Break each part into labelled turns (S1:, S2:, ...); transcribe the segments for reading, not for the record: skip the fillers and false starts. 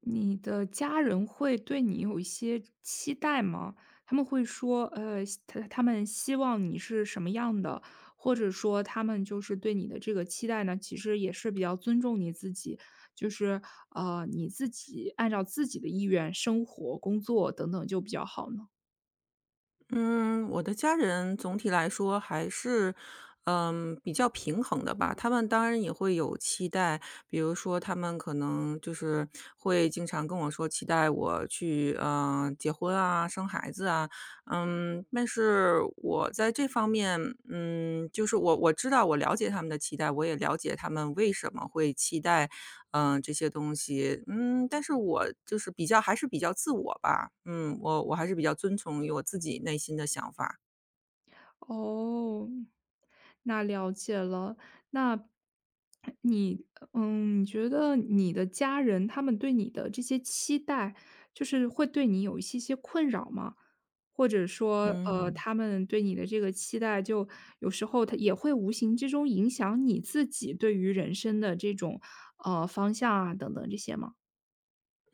S1: 你的家人会对你有一些期待吗？他们会说，他们希望你是什么样的，或者说他们就是对你的这个期待呢，其实也是比较尊重你自己，就是你自己按照自己的意愿生活、工作等等就比较好呢？
S2: 嗯，我的家人总体来说还是，比较平衡的吧。他们当然也会有期待，比如说他们可能就是会经常跟我说期待我去，结婚啊、生孩子啊。但是我在这方面，就是我知道我了解他们的期待，我也了解他们为什么会期待，这些东西。嗯，但是我就是比较还是比较自我吧，我还是比较遵从于我自己内心的想法。
S1: 哦，那了解了。那你你觉得你的家人他们对你的这些期待，就是会对你有一些些困扰吗？或者说，
S2: 嗯。
S1: 他们对你的这个期待，就有时候他也会无形之中影响你自己对于人生的这种方向啊等等这些吗？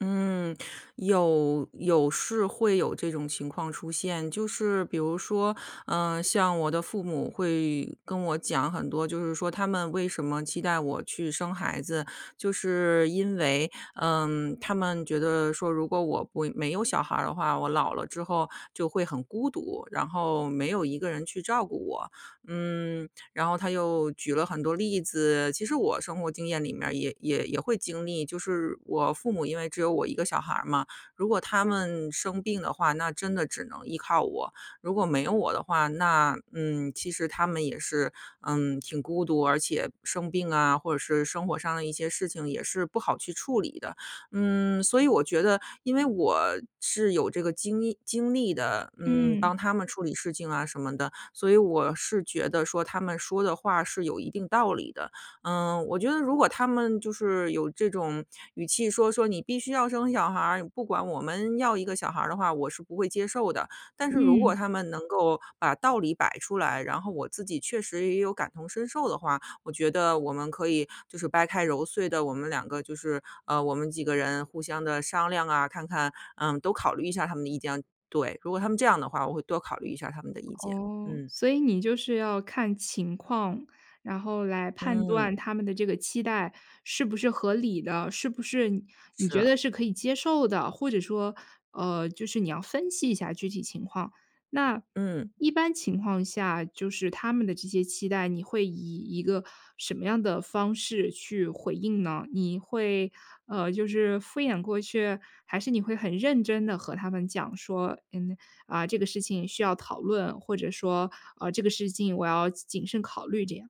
S2: 嗯，有是会有这种情况出现，就是比如说，像我的父母会跟我讲很多，就是说他们为什么期待我去生孩子，就是因为，他们觉得说，如果我不没有小孩儿的话，我老了之后就会很孤独，然后没有一个人去照顾我，嗯，然后他又举了很多例子。其实我生活经验里面儿也也会经历，就是我父母因为只有我一个小孩儿嘛，如果他们生病的话，那真的只能依靠我。如果没有我的话，那其实他们也是挺孤独，而且生病啊，或者是生活上的一些事情也是不好去处理的。所以我觉得，因为我是有这个经历的，
S1: 嗯
S2: 帮他们处理事情啊什么的，所以我是觉得说他们说的话是有一定道理的。我觉得如果他们就是有这种语气说你必须要生小孩儿，不管我们要一个小孩儿的话，我是不会接受的。但是如果
S1: 嗯。
S2: 他们能够把道理摆出来，然后我自己确实也有感同身受的话，我觉得我们可以就是掰开揉碎的，我们两个就是我们几个人互相的商量啊，看看都考虑一下他们的意见。对，如果他们这样的话，我会多考虑一下他们的意见。
S1: 哦，
S2: 嗯，
S1: 所以你就是要看情况，然后来判
S2: 嗯，
S1: 断他们的这个期待是不是合理的，是不是你觉
S2: 是。
S1: 得是可以接受的，或者说，就是你要分析一下具体情况，那
S2: 嗯，
S1: 一般情况下，就是他们的这些期待，你会以一个什么样的方式去回应呢？你会，就是敷衍过去，还是你会很认真的和他们讲说，嗯，啊，这个事情需要讨论，或者说，这个事情我要谨慎考虑这样？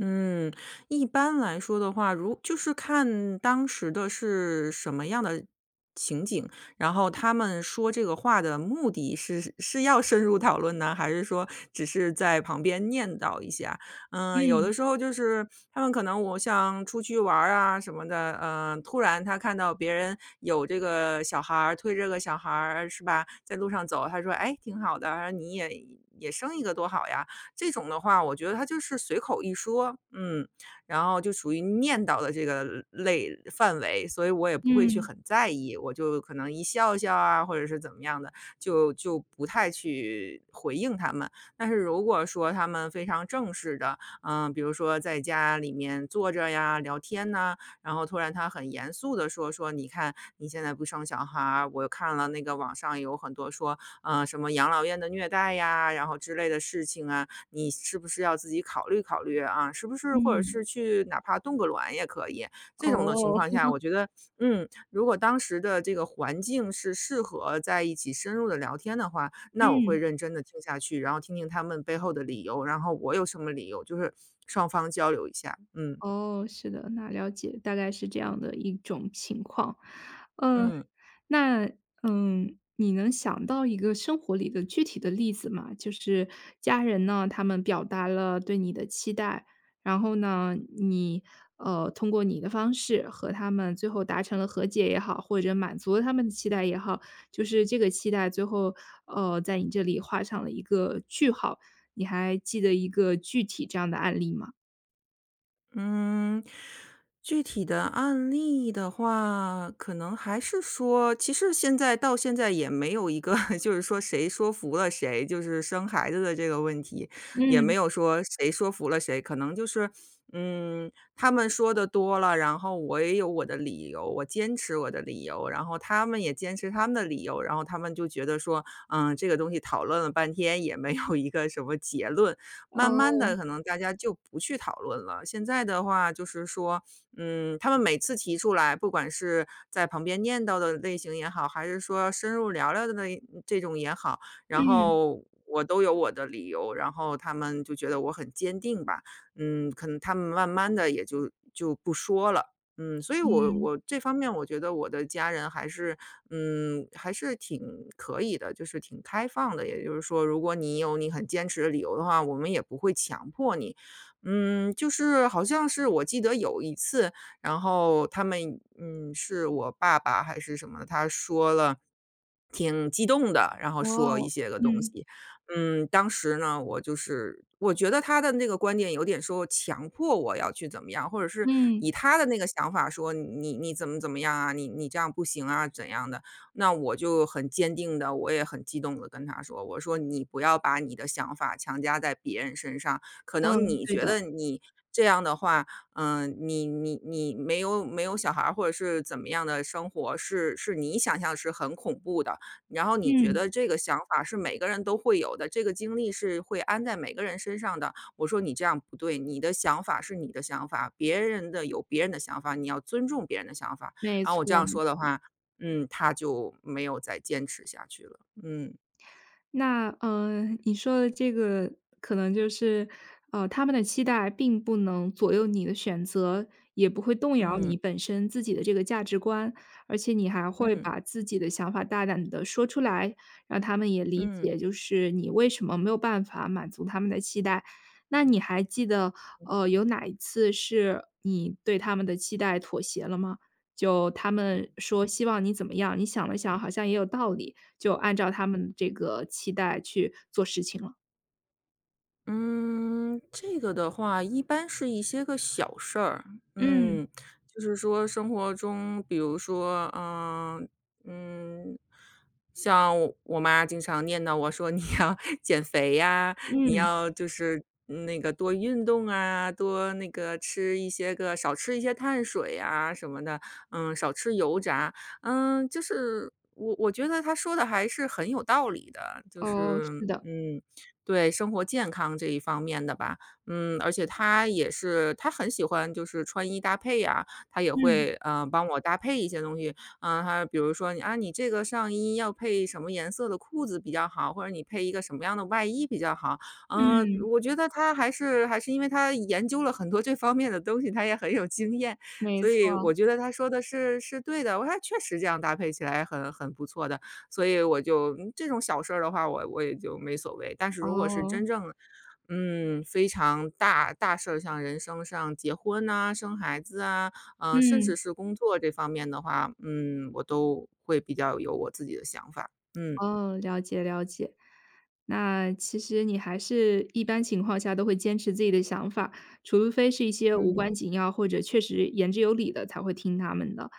S2: 嗯，一般来说的话，就是看当时的是什么样的情景，然后他们说这个话的目的是要深入讨论呢，还是说只是在旁边念叨一下？有
S1: 嗯，
S2: 的时候就是他们可能我像出去玩儿啊什么的，突然他看到别人有这个小孩儿推着个小孩儿是吧，在路上走，他说："哎，挺好的，你也也生一个多好呀。"这种的话，我觉得他就是随口一说，然后就属于念叨的这个类范围，所以我也不会去
S1: 嗯，
S2: 很在意，我就可能一笑笑啊，或者是怎么样的，就不太去回应他们。但是如果说他们非常正式的，比如说在家里面坐着呀、聊天呐、然后突然他很严肃的说，你看你现在不生小孩儿，我看了那个网上有很多说，什么养老院的虐待呀，然后之类的事情啊，你是不是要自己考虑考虑啊？是不是或者
S1: 嗯，
S2: 是去哪怕冻个卵也可以。这种的情
S1: 哦，
S2: 况下，我觉得，如果当时的这个环境是适合在一起深入的聊天的话，那我会
S1: 嗯。
S2: 认真的听下去，然后听听他们背后的理由，然后我有什么理由，就是双方交流一下。嗯。
S1: 哦，是的，那了解，大概是这样的一种情况。嗯，
S2: 嗯。
S1: 那，嗯，你能想到一个生活里的具体的例子吗？就是家人呢，他们表达了对你的期待，然后呢，你，通过你的方式和他们最后达成了和解也好，或者满足了他们的期待也好，就是这个期待最后，在你这里画上了一个句号，你还记得一个具体这样的案例吗？
S2: 嗯，具体的案例的话，可能还是说，其实现在到现在也没有一个 就是说谁说服了谁，就是生孩子的这个问题，也
S1: 嗯。
S2: 没有说谁说服了谁，可能就是，他们说的多了，然后我也有我的理由，我坚持我的理由，然后他们也坚持他们的理由，然后他们就觉得说，这个东西讨论了半天也没有一个什么结论，慢慢
S1: 哦，
S2: 的，可能大家就不去讨论了。现在的话就是说，他们每次提出来，不管是在旁边念叨的类型也好，还是说深入聊聊的这种也好，然
S1: 嗯，
S2: 后我都有我的理由，然后他们就觉得我很坚定吧。可能他们慢慢的就不说了。所以我
S1: 嗯，
S2: 我这方面我觉得我的家人还是，还是挺可以的，就是挺开放的。也就是说，如果你有你很坚持的理由的话，我们也不会强迫你。就是好像是我记得有一次，然后他们，是我爸爸还是什么，他说了挺激动的，然后说
S1: 哦，
S2: 一些个东
S1: 嗯，
S2: 西。当时呢，我就是我觉得他的那个观点有点说强迫我要去怎么样，或者是
S1: 嗯，
S2: 以他的那个想法说你怎么怎么样啊，你这样不行啊，怎样的？那我就很坚定的，我也很激动的跟他说，我说你不要把你的想法强加在别人身上，可
S1: 嗯，
S2: 能你
S1: 对
S2: 觉
S1: 的，
S2: 得你这样的话，你你没有小孩儿或者是怎么样的生活是你想象是很恐怖的，然后你觉
S1: 嗯，
S2: 得这个想法是每个人都会有的，这个经历是会安在每个人身上的。我说你这样不对，你的想法是你的想法，别人的有别人的想法，你要尊重别人的想法。
S1: 没
S2: 然后
S1: 错。
S2: 我这样说的话，他就没有再坚持下去了。嗯
S1: 那你说的这个可能就是，他们的期待并不能左右你的选择，也不会动摇你
S2: 嗯
S1: 本身自己的这个价值观，而且你还会
S2: 嗯
S1: 把自己的想法大胆的说出来，让他们也理
S2: 嗯。
S1: 解，就是你为什么没有办法满足他们的期待。那你还记得，有哪一次是你对他们的期待妥协了吗？就他们说希望你怎么样，你想了想好像也有道理，就按照他们这个期待去做事情了。
S2: 嗯，这个的话一般是一些个小事儿，
S1: 嗯，
S2: 嗯，就是说生活中，比如说，嗯，像我妈经常念叨我说你要 减肥呀，你
S1: 嗯，
S2: 要就是那个多运动啊，多那个吃一些个少吃一些碳水啊什么的，少吃油炸，就是我觉得她说的还是很有道理的，
S1: 哦，是的，
S2: 嗯。对，生活健康这一方面的吧。而且他也是他很喜欢就是穿衣搭配呀，他也
S1: 嗯，
S2: 会，帮我搭配一些东西。他比如说："啊，你这个上衣要配什么颜色的裤子比较好？或者你配一个什么样的外衣比较好？"
S1: 嗯，
S2: 我觉得他还是因为他研究了很多这方面的东西，他也很有经验，
S1: 没
S2: 所
S1: 错，
S2: 以我觉得他说的是对的，我说："哎确实这样搭配起来很不错的。"所以我就这种小事儿的话，我也就没所谓。但是如果是
S1: 哦，
S2: 真正，非常大事儿，像人生上结婚呐、生孩子啊，甚
S1: 嗯。
S2: 至是工作这方面的话，我都会比较有我自己的想法。嗯
S1: 哦，了解了解。那其实你还是一般情况下都会坚持自己的想法，除非是一些无关
S2: 嗯，
S1: 紧要或者确实言之有理的才会听他们的。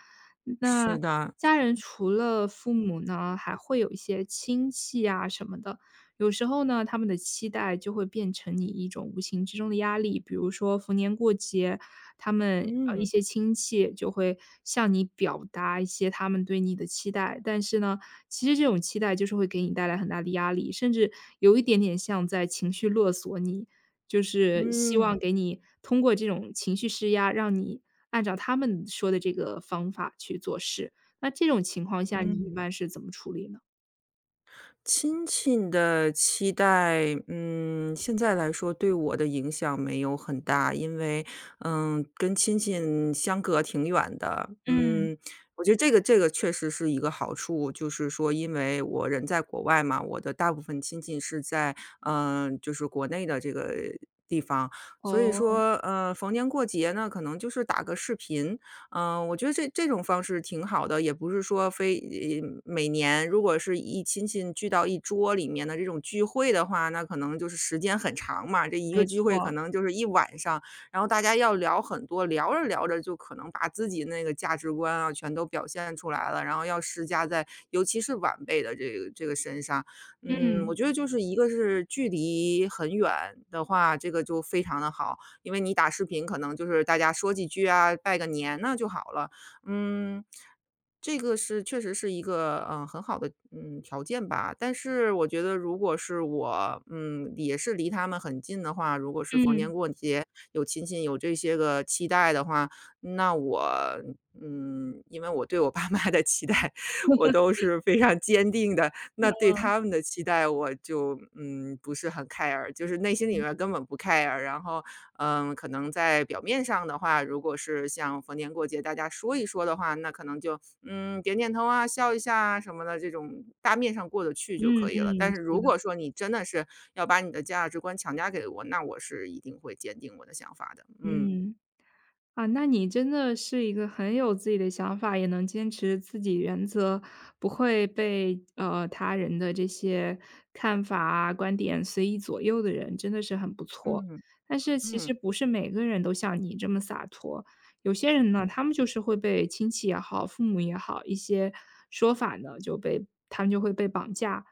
S1: 那
S2: 是的。
S1: 家人除了父母呢，还会有一些亲戚啊什么的。有时候呢，他们的期待就会变成你一种无形之中的压力。比如说逢年过节，他们一
S2: 嗯
S1: 些亲戚就会向你表达一些他们对你的期待，但是呢，其实这种期待就是会给你带来很大的压力，甚至有一点点像在情绪勒索你，就是嗯希望
S2: 嗯
S1: 给你通过这种情绪施压，让你按照他们说的这个方法去做事。那这种情况下，你一
S2: 嗯。
S1: 般是怎么处理呢？
S2: 亲戚的期待，现在来说对我的影响没有很大，因为，跟亲戚相隔挺远的。
S1: 嗯，
S2: 嗯，我觉得这个确实是一个好处，就是说因为我人在国外嘛，我的大部分亲戚是在，就是国内的这个地方，所以
S1: 哦，
S2: 说，逢年过节呢，可能就是打个视频，嗯，我觉得这种方式挺好的，也不是说非,每年如果是一亲戚聚到一桌里面的这种聚会的话，那可能就是时间很长嘛，这一个
S1: 没
S2: 聚会可
S1: 错，
S2: 能就是一晚上，然后大家要聊很多，聊着聊着就可能把自己那个价值观啊，全都表现出来了，然后要施加在尤其是晚辈的这个身上。嗯，
S1: 嗯，
S2: 我觉得就是一个是距离很远的话，这个就非常的好。因为你打视频可能就是大家说几句啊，拜个年那就好了。嗯，这个是确实是一个，很好的，嗯，条件吧。但是我觉得如果是我，也是离他们很近的话，如果是逢
S1: 嗯，
S2: 年过节有亲戚有这些个期待的话，那我因为我对我爸妈的期待 我都是非常坚定的，那对他们的期待我就，嗯，不是很 care，就是内心里面根本不 care，然后嗯，可能在表面上的话，如果是像逢年过节大家说一说的话，那可能就点点头啊、笑一下啊什么的，这种大面上过得去就
S1: 嗯
S2: 可以了。
S1: 嗯，
S2: 但是
S1: 是
S2: 如
S1: 的，
S2: 果说你真的是要把你的价值观强加给我，那我是一定会坚定我的想法的。嗯
S1: 嗯。啊，那你真的是一个很有自己的想法，也能坚持自己原则，不会被他人的这些看法啊、观点随意左右的人，真的是很不错。
S2: 嗯
S1: 但是其
S2: 嗯
S1: 实不是每个人都像你这么洒脱，有些人呢，他们就是会被亲戚也好、父母也好一些说法呢，就被他们就会被绑架，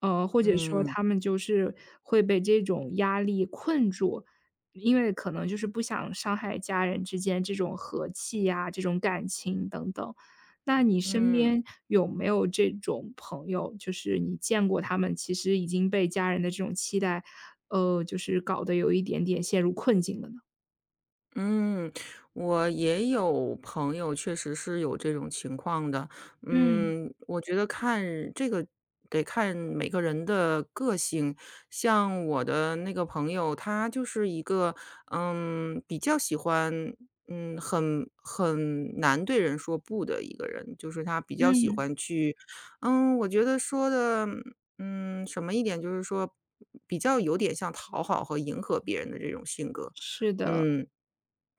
S1: 或者说
S2: 嗯
S1: 他们就是会被这种压力困住。因为可能就是不想伤害家人之间这种和气呀、这种感情等等。那你身
S2: 嗯。
S1: 边有没有这种朋友，就是你见过他们其实已经被家人的这种期待，就是搞得有一点点陷入困境了呢？
S2: 嗯，我也有朋友确实是有这种情况的。
S1: 嗯，
S2: 嗯，我觉得看这个得看每个人的个性。像我的那个朋友，他就是一个，嗯，比较喜欢，嗯，很难对人说不的一个人。就是他比较喜
S1: 嗯，
S2: 欢去，嗯，我觉得说的，嗯，什么一点，就是说比较有点像讨好和迎合别人的这种性格。
S1: 是的，
S2: 嗯。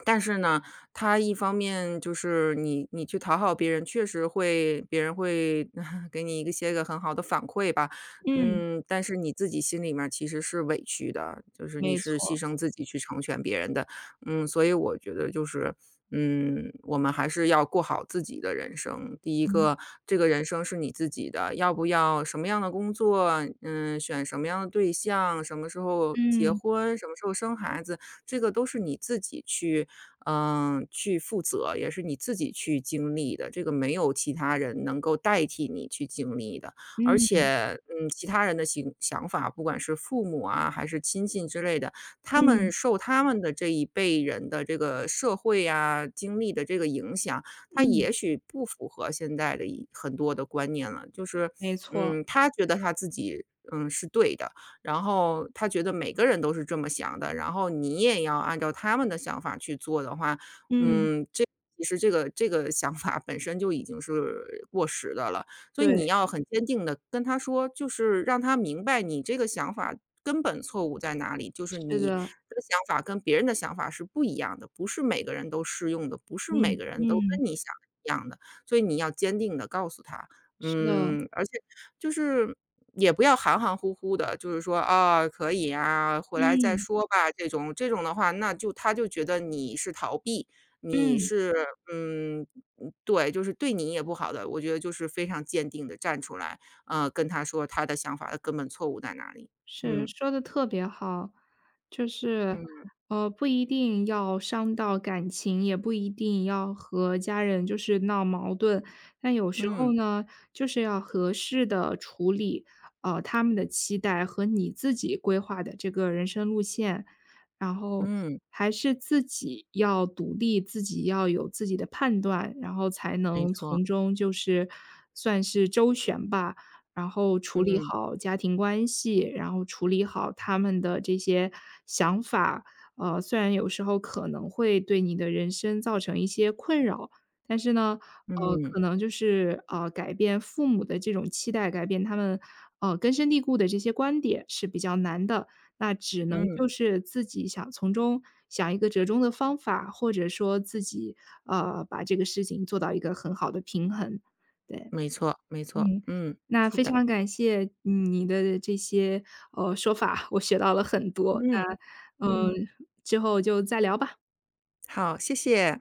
S2: 但是呢，他一方面就是你去讨好别人，确实会别人会 给你一些个很好的反馈吧，
S1: 嗯，
S2: 嗯，但是你自己心里面儿其实是委屈的，就是你
S1: 没
S2: 是牺
S1: 错，
S2: 牲自己去成全别人的，嗯，所以我觉得就是。嗯，我们还是要过好自己的人生。第一
S1: 嗯，
S2: 个，这个人生是你自己的，要不要什么样的工作，嗯，选什么样的对象，什么时候结
S1: 嗯，
S2: 婚，什么时候生孩子，这个都是你自己去嗯，去负责，也是你自己去经历的，这个没有其他人能够代替你去经历的。而
S1: 嗯，
S2: 且，嗯，其他人的想法，不管是父母啊，还是亲戚之类的，他
S1: 嗯，
S2: 们受他们的这一辈人的这个社会啊经历的这个影响，他
S1: 嗯，
S2: 也许不符合现在的一很多的观念了。就是，
S1: 没错，
S2: 嗯，他觉得他自己，嗯，是对的，然后他觉得每个人都是这么想的，然后你也要按照他们的想法去做的话，
S1: 嗯，
S2: 嗯，其实这个想法本身就已经是过时的了。所以
S1: 对，
S2: 你要很坚定的跟他说，就是让他明白你这个想法根本错误在哪里，就是
S1: 是
S2: 你
S1: 的，
S2: 的想法跟别人的想法是不一样的，不是每个人都适用的，不是每
S1: 嗯，
S2: 个人都跟
S1: 嗯，
S2: 你想的一样的，所以你要坚定的告诉他。
S1: 是的，
S2: 嗯，而且就是也不要含含糊糊的，就是说，啊，可以啊，回来再
S1: 嗯，
S2: 说吧，这种的话，那就他就觉得你是逃避，你
S1: 嗯。
S2: 是嗯，嗯对，就是对你也不好的。我觉得就是非常坚定的站出来，跟他说他的想法的根本错误在哪里。
S1: 是，
S2: 嗯，
S1: 说的特别好。就是，
S2: 嗯，
S1: 不一定要伤到感情，也不一定要和家人就是闹矛盾，但有时候
S2: 嗯，
S1: 呢，就是要合适的处理，他们的期待和你自己规划的这个人生路线。然后
S2: 嗯，
S1: 还是自己要独立，自己要有自己的判断，然后才
S2: 没
S1: 能
S2: 错，
S1: 从中就是算是周旋吧。然后处理
S2: 嗯，
S1: 好家庭关系，然后处理好他们的这些想法。虽然有时候可能会对你的人生造成一些困扰，但是呢，呃，
S2: 嗯，
S1: 可能就是呃，改变父母的这种期待，改变他们根深蒂固的这些观点是比较难的。那只能
S2: 嗯，
S1: 就是自己想从中想一个折中的方法，或者说自己把这个事情做到一个很好的平衡，对。
S2: 没错，没错，嗯，
S1: 那
S2: 是
S1: 非
S2: 的，
S1: 常感谢你的这些，说法，我学到了很多，
S2: 嗯，
S1: 那，
S2: 嗯，
S1: 之后就再聊吧。
S2: 好，谢谢。